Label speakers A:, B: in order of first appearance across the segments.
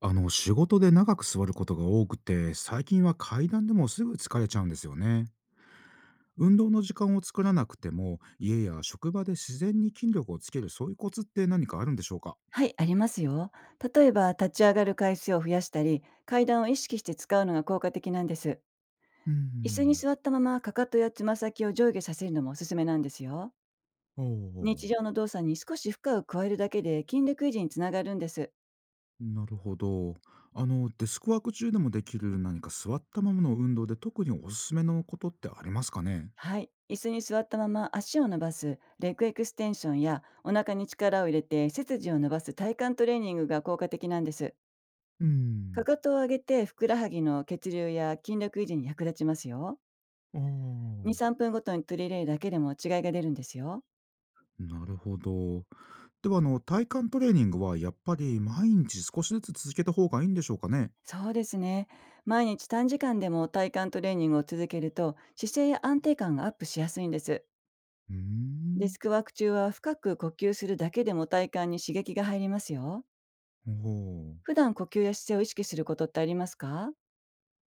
A: 仕事で長く座ることが多くて、最近は階段でもすぐ疲れちゃうんですよね。運動の時間を作らなくても、家や職場で自然に筋力をつける、そういうコツって何かあるんでしょうか？
B: はい、ありますよ。例えば、立ち上がる回数を増やしたり、階段を意識して使うのが効果的なんです。
A: うー
B: 椅子に
A: ん。
B: 座ったまま、かかとやつま先を上下させるのもおすすめなんですよ。
A: おお
B: 日
A: ー。
B: 常の動作に少し負荷を加えるだけで筋力維持につながるんです。
A: なるほど。デスクワーク中でもできる何か座ったままの運動で特におすすめのことってありますかね？
B: はい、椅子に座ったまま足を伸ばすレッグエクステンションやお腹に力を入れて背筋を伸ばす体幹トレーニングが効果的なんです。
A: うー
B: か
A: ん。
B: かとを上げてふくらはぎの血流や筋力維持に役立ちますよ。
A: ああ。
B: 2、3分ごとに取り入れるだけでも違いが出るんですよ。
A: なるほど。では、体幹トレーニングはやっぱり毎日少しずつ続けた方がいいんでしょうかね？
B: そうですね。毎日短時間でも体幹トレーニングを続けると姿勢や安定感がアップしやすいんです。
A: うー
B: デ
A: ん。
B: スクワーク中は深く呼吸するだけでも体幹に刺激が入りますよ。
A: ほう。
B: 普段呼吸や姿勢を意識することってありますか？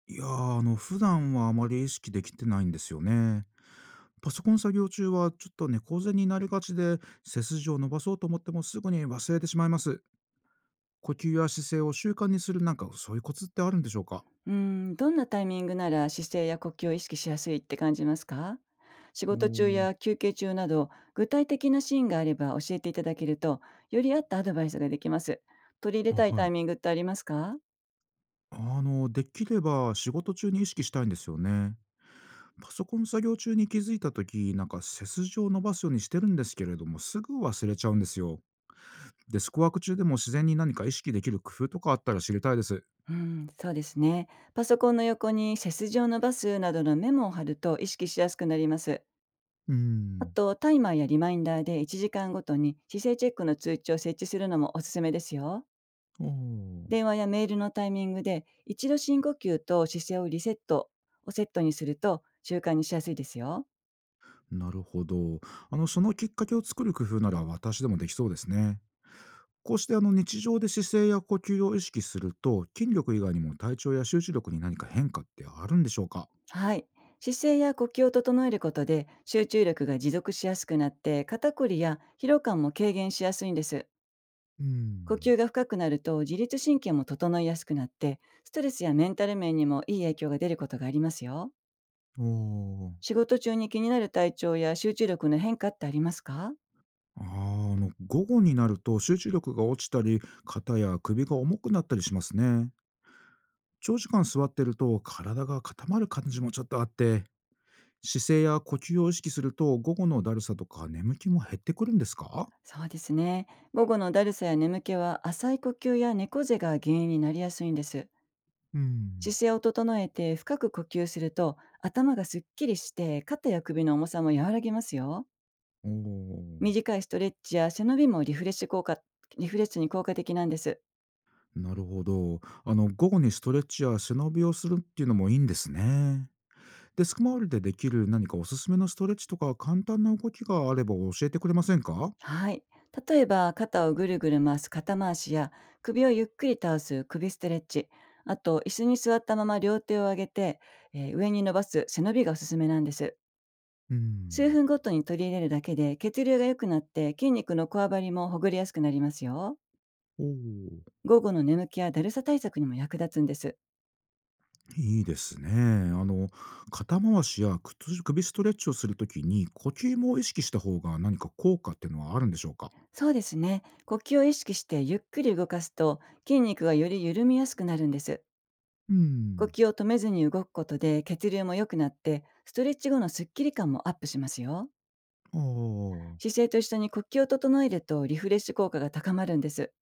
A: いやー、普段はあまり意識できてないんですよね。パソコン作業中はちょっと猫背になりがちで、背筋を伸ばそうと思ってもすぐに忘れてしまいます。呼吸や姿勢を習慣にするなんかそういうコツってあるんでしょうか？
B: うん、どんなタイミングなら姿勢や呼吸を意識しやすいって感じますか？仕
A: お
B: 事中
A: お。
B: や休憩中など、具体的なシーンがあれば教えていただけると、より合ったアドバイスができます。取り入れ
A: あ、
B: たい
A: は
B: タイ
A: い。
B: ミングってありますか？
A: できれば仕事中に意識したいんですよね。パソコン作業中に気づいた時、なんか背筋を伸ばすようにしてるんですけれども、すぐ忘れちゃうんですよ。デスクワーク中でも自然に何か意識できる工夫とかあったら知りたいです。
B: うん、そうですね。パソコンの横に背筋を伸ばすなどのメモを貼ると意識しやすくなります。
A: うー
B: あ
A: ん。
B: と、タイマーやリマインダーで1時間ごとに姿勢チェックの通知を設置するのもおすすめですよ。
A: おー。
B: 電話やメールのタイミングで、一度深呼吸と姿勢をリセットをセットにすると習慣にしやすいですよ。
A: なるほど。そのきっかけを作る工夫なら私でもできそうですね。こうして日常で姿勢や呼吸を意識すると、筋力以外にも体調や集中力に何か変化ってあるんでしょうか？
B: はい。姿勢や呼吸を整えることで集中力が持続しやすくなって、肩こりや疲労感も軽減しやすいんです。
A: うー
B: 呼
A: ん。
B: 吸が深くなると自律神経も整いやすくなって、ストレスやメンタル面にもいい影響が出ることがありますよ。
A: おー。
B: 仕事中に気になる体調や集中力の変化ってありますか？
A: あー、午後になると集中力が落ちたり、肩や首が重くなったりしますね。長時間座ってると体が固まる感じもちょっとあって、姿勢や呼吸を意識すると午後のだるさとか眠気も減ってくるんですか？
B: そうですね。午後のだるさや眠気は浅い呼吸や猫背が原因になりやすいんです。
A: うん。
B: 姿勢を整えて深く呼吸すると頭がすっきりして、肩や首の重さも和らぎますよ。
A: おお
B: 短いストレッチや背伸びもリフレッシュ効果、リフレッシュに効果的なんです。
A: ー、なるほど。午後にストレッチや背伸びをするっていうのもいいんですね。デスク周りでできる何かおすすめのストレッチとか簡単な動きがあれば教えてくれませんか？
B: はい。例えば肩をぐるぐる回す肩回しや、首をゆっくり倒す首ストレッチ、あと椅子に座ったまま両手を上げて、上に伸ばす背伸びがおすすめなんです。
A: う
B: 数
A: ん。
B: 分ごとに取り入れるだけで血流が良くなって、筋肉のこわばりもほぐれやすくなりますよ。
A: おお
B: 午後の眠気やだるさ対策にも役立つんです。
A: ー、いいですね。肩回しや靴首ストレッチをするときに呼吸も意識した方が何か効果っていうのはあるんでしょうか？
B: そうですね。呼吸を意識してゆっくり動かすと、筋肉がより緩みやすくなるんです。
A: う
B: 呼
A: ん。
B: 吸を止めずに動くことで血流も良くなって、ストレッチ後のスッキリ感もアップしますよ。
A: ああ。
B: 姿勢と一緒に呼吸を整えるとリフレッシュ効果が高まるんです。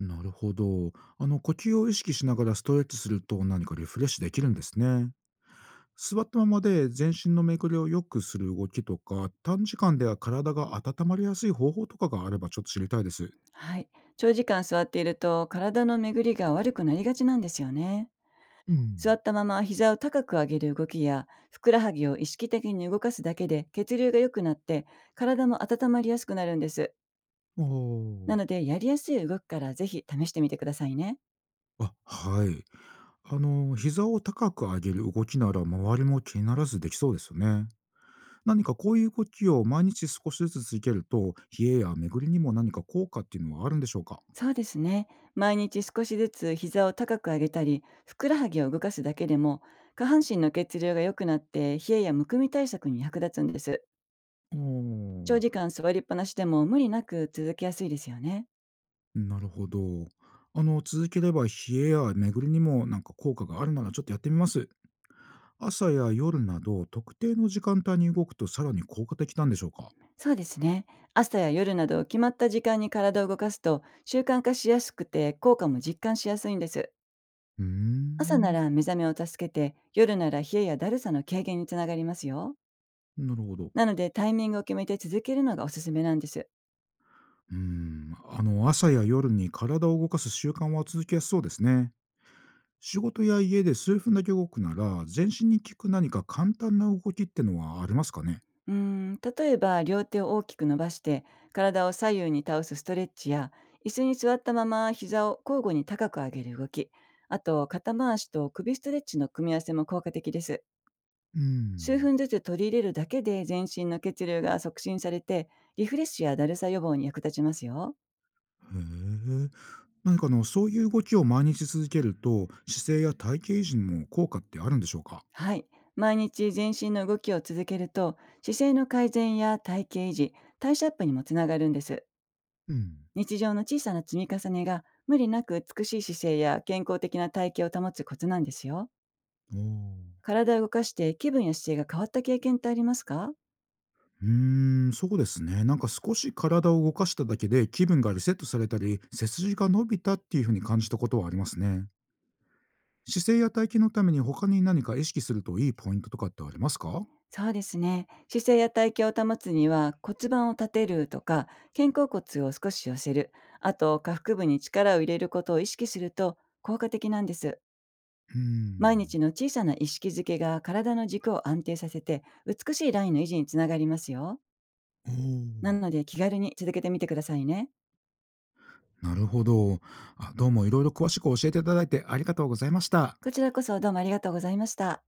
A: なるほど。呼吸を意識しながらストレッチすると何かリフレッシュできるんですね。座ったままで全身の巡りを良くする動きとか、短時間では体が温まりやすい方法とかがあればちょっと知りたいです。
B: はい。長時間座っていると体の巡りが悪くなりがちなんですよね。
A: う
B: 座
A: ん。
B: ったまま膝を高く上げる動きや、ふくらはぎを意識的に動かすだけで血流が良くなって、体も温まりやすくなるんです。
A: お
B: な
A: ー。
B: ので、やりやすい動きからぜひ試してみてくださいね。
A: あ、はい。膝を高く上げる動きなら周りも気にならずできそうですよね。何かこういう動きを毎日少しずつ続けると、冷えや巡りにも何か効果っていうのはあるんでしょうか？
B: そうですね。毎日少しずつ膝を高く上げたり、ふくらはぎを動かすだけでも、下半身の血流が良くなって、冷えやむくみ対策に役立つんです。
A: お
B: 長
A: ー。
B: 時間座りっぱなしでも無理なく続きやすいですよね。
A: なるほど。続ければ冷えや巡りにもなんか効果があるならちょっとやってみます。朝や夜など特定の時間帯に動くとさらに効果的なんでしょうか？
B: そうですね。朝や夜など決まった時間に体を動かすと習慣化しやすくて、効果も実感しやすいんです。
A: うー
B: 朝な
A: ん、
B: ら目覚めを助けて、夜なら冷えやだるさの軽減につながりますよ。
A: なるほど。
B: なので、タイミングを決めて続けるのがおすすめなんです。
A: うーん、朝や夜に体を動かす習慣は続きやすそうですね。仕事や家で数分だけ動くなら、全身に効く何か簡単な動きってのはありますかね？
B: 例えば両手を大きく伸ばして体を左右に倒すストレッチや、椅子に座ったまま膝を交互に高く上げる動き、あと肩回しと首ストレッチの組み合わせも効果的です。
A: うー
B: 数
A: ん。
B: 分ずつ取り入れるだけで全身の血流が促進されて、リフレッシュやだるさ予防に役立ちますよ。
A: へえ。何かそういう動きを毎日続けると、姿勢や体型維持にも効果ってあるんでしょうか？
B: はい。毎日全身の動きを続けると、姿勢の改善や体型維持、代謝アップにもつながるんです。
A: うん。
B: 日常の小さな積み重ねが無理なく美しい姿勢や健康的な体型を保つコツなんですよ。
A: おお。
B: 体を動かして気分や姿勢が変わった経験ってありますか？
A: うーん、そうですね。なんか少し体を動かしただけで気分がリセットされたり、背筋が伸びたっていう風に感じたことはありますね。姿勢や体型のために他に何か意識するといいポイントとかってありますか？
B: そうですね。姿勢や体型を保つには骨盤を立てるとか、肩甲骨を少し寄せる、あと下腹部に力を入れることを意識すると効果的なんです。
A: うー
B: 毎
A: ん。
B: 日の小さな意識づけが体の軸を安定させて、美しいラインの維持につながりますよ。
A: お
B: な
A: お。
B: ので、気軽に続けてみてくださいね。
A: なるほど。あ、どうもいろいろ詳しく教えていただいてありがとうございました。
B: こちらこそどうもありがとうございました。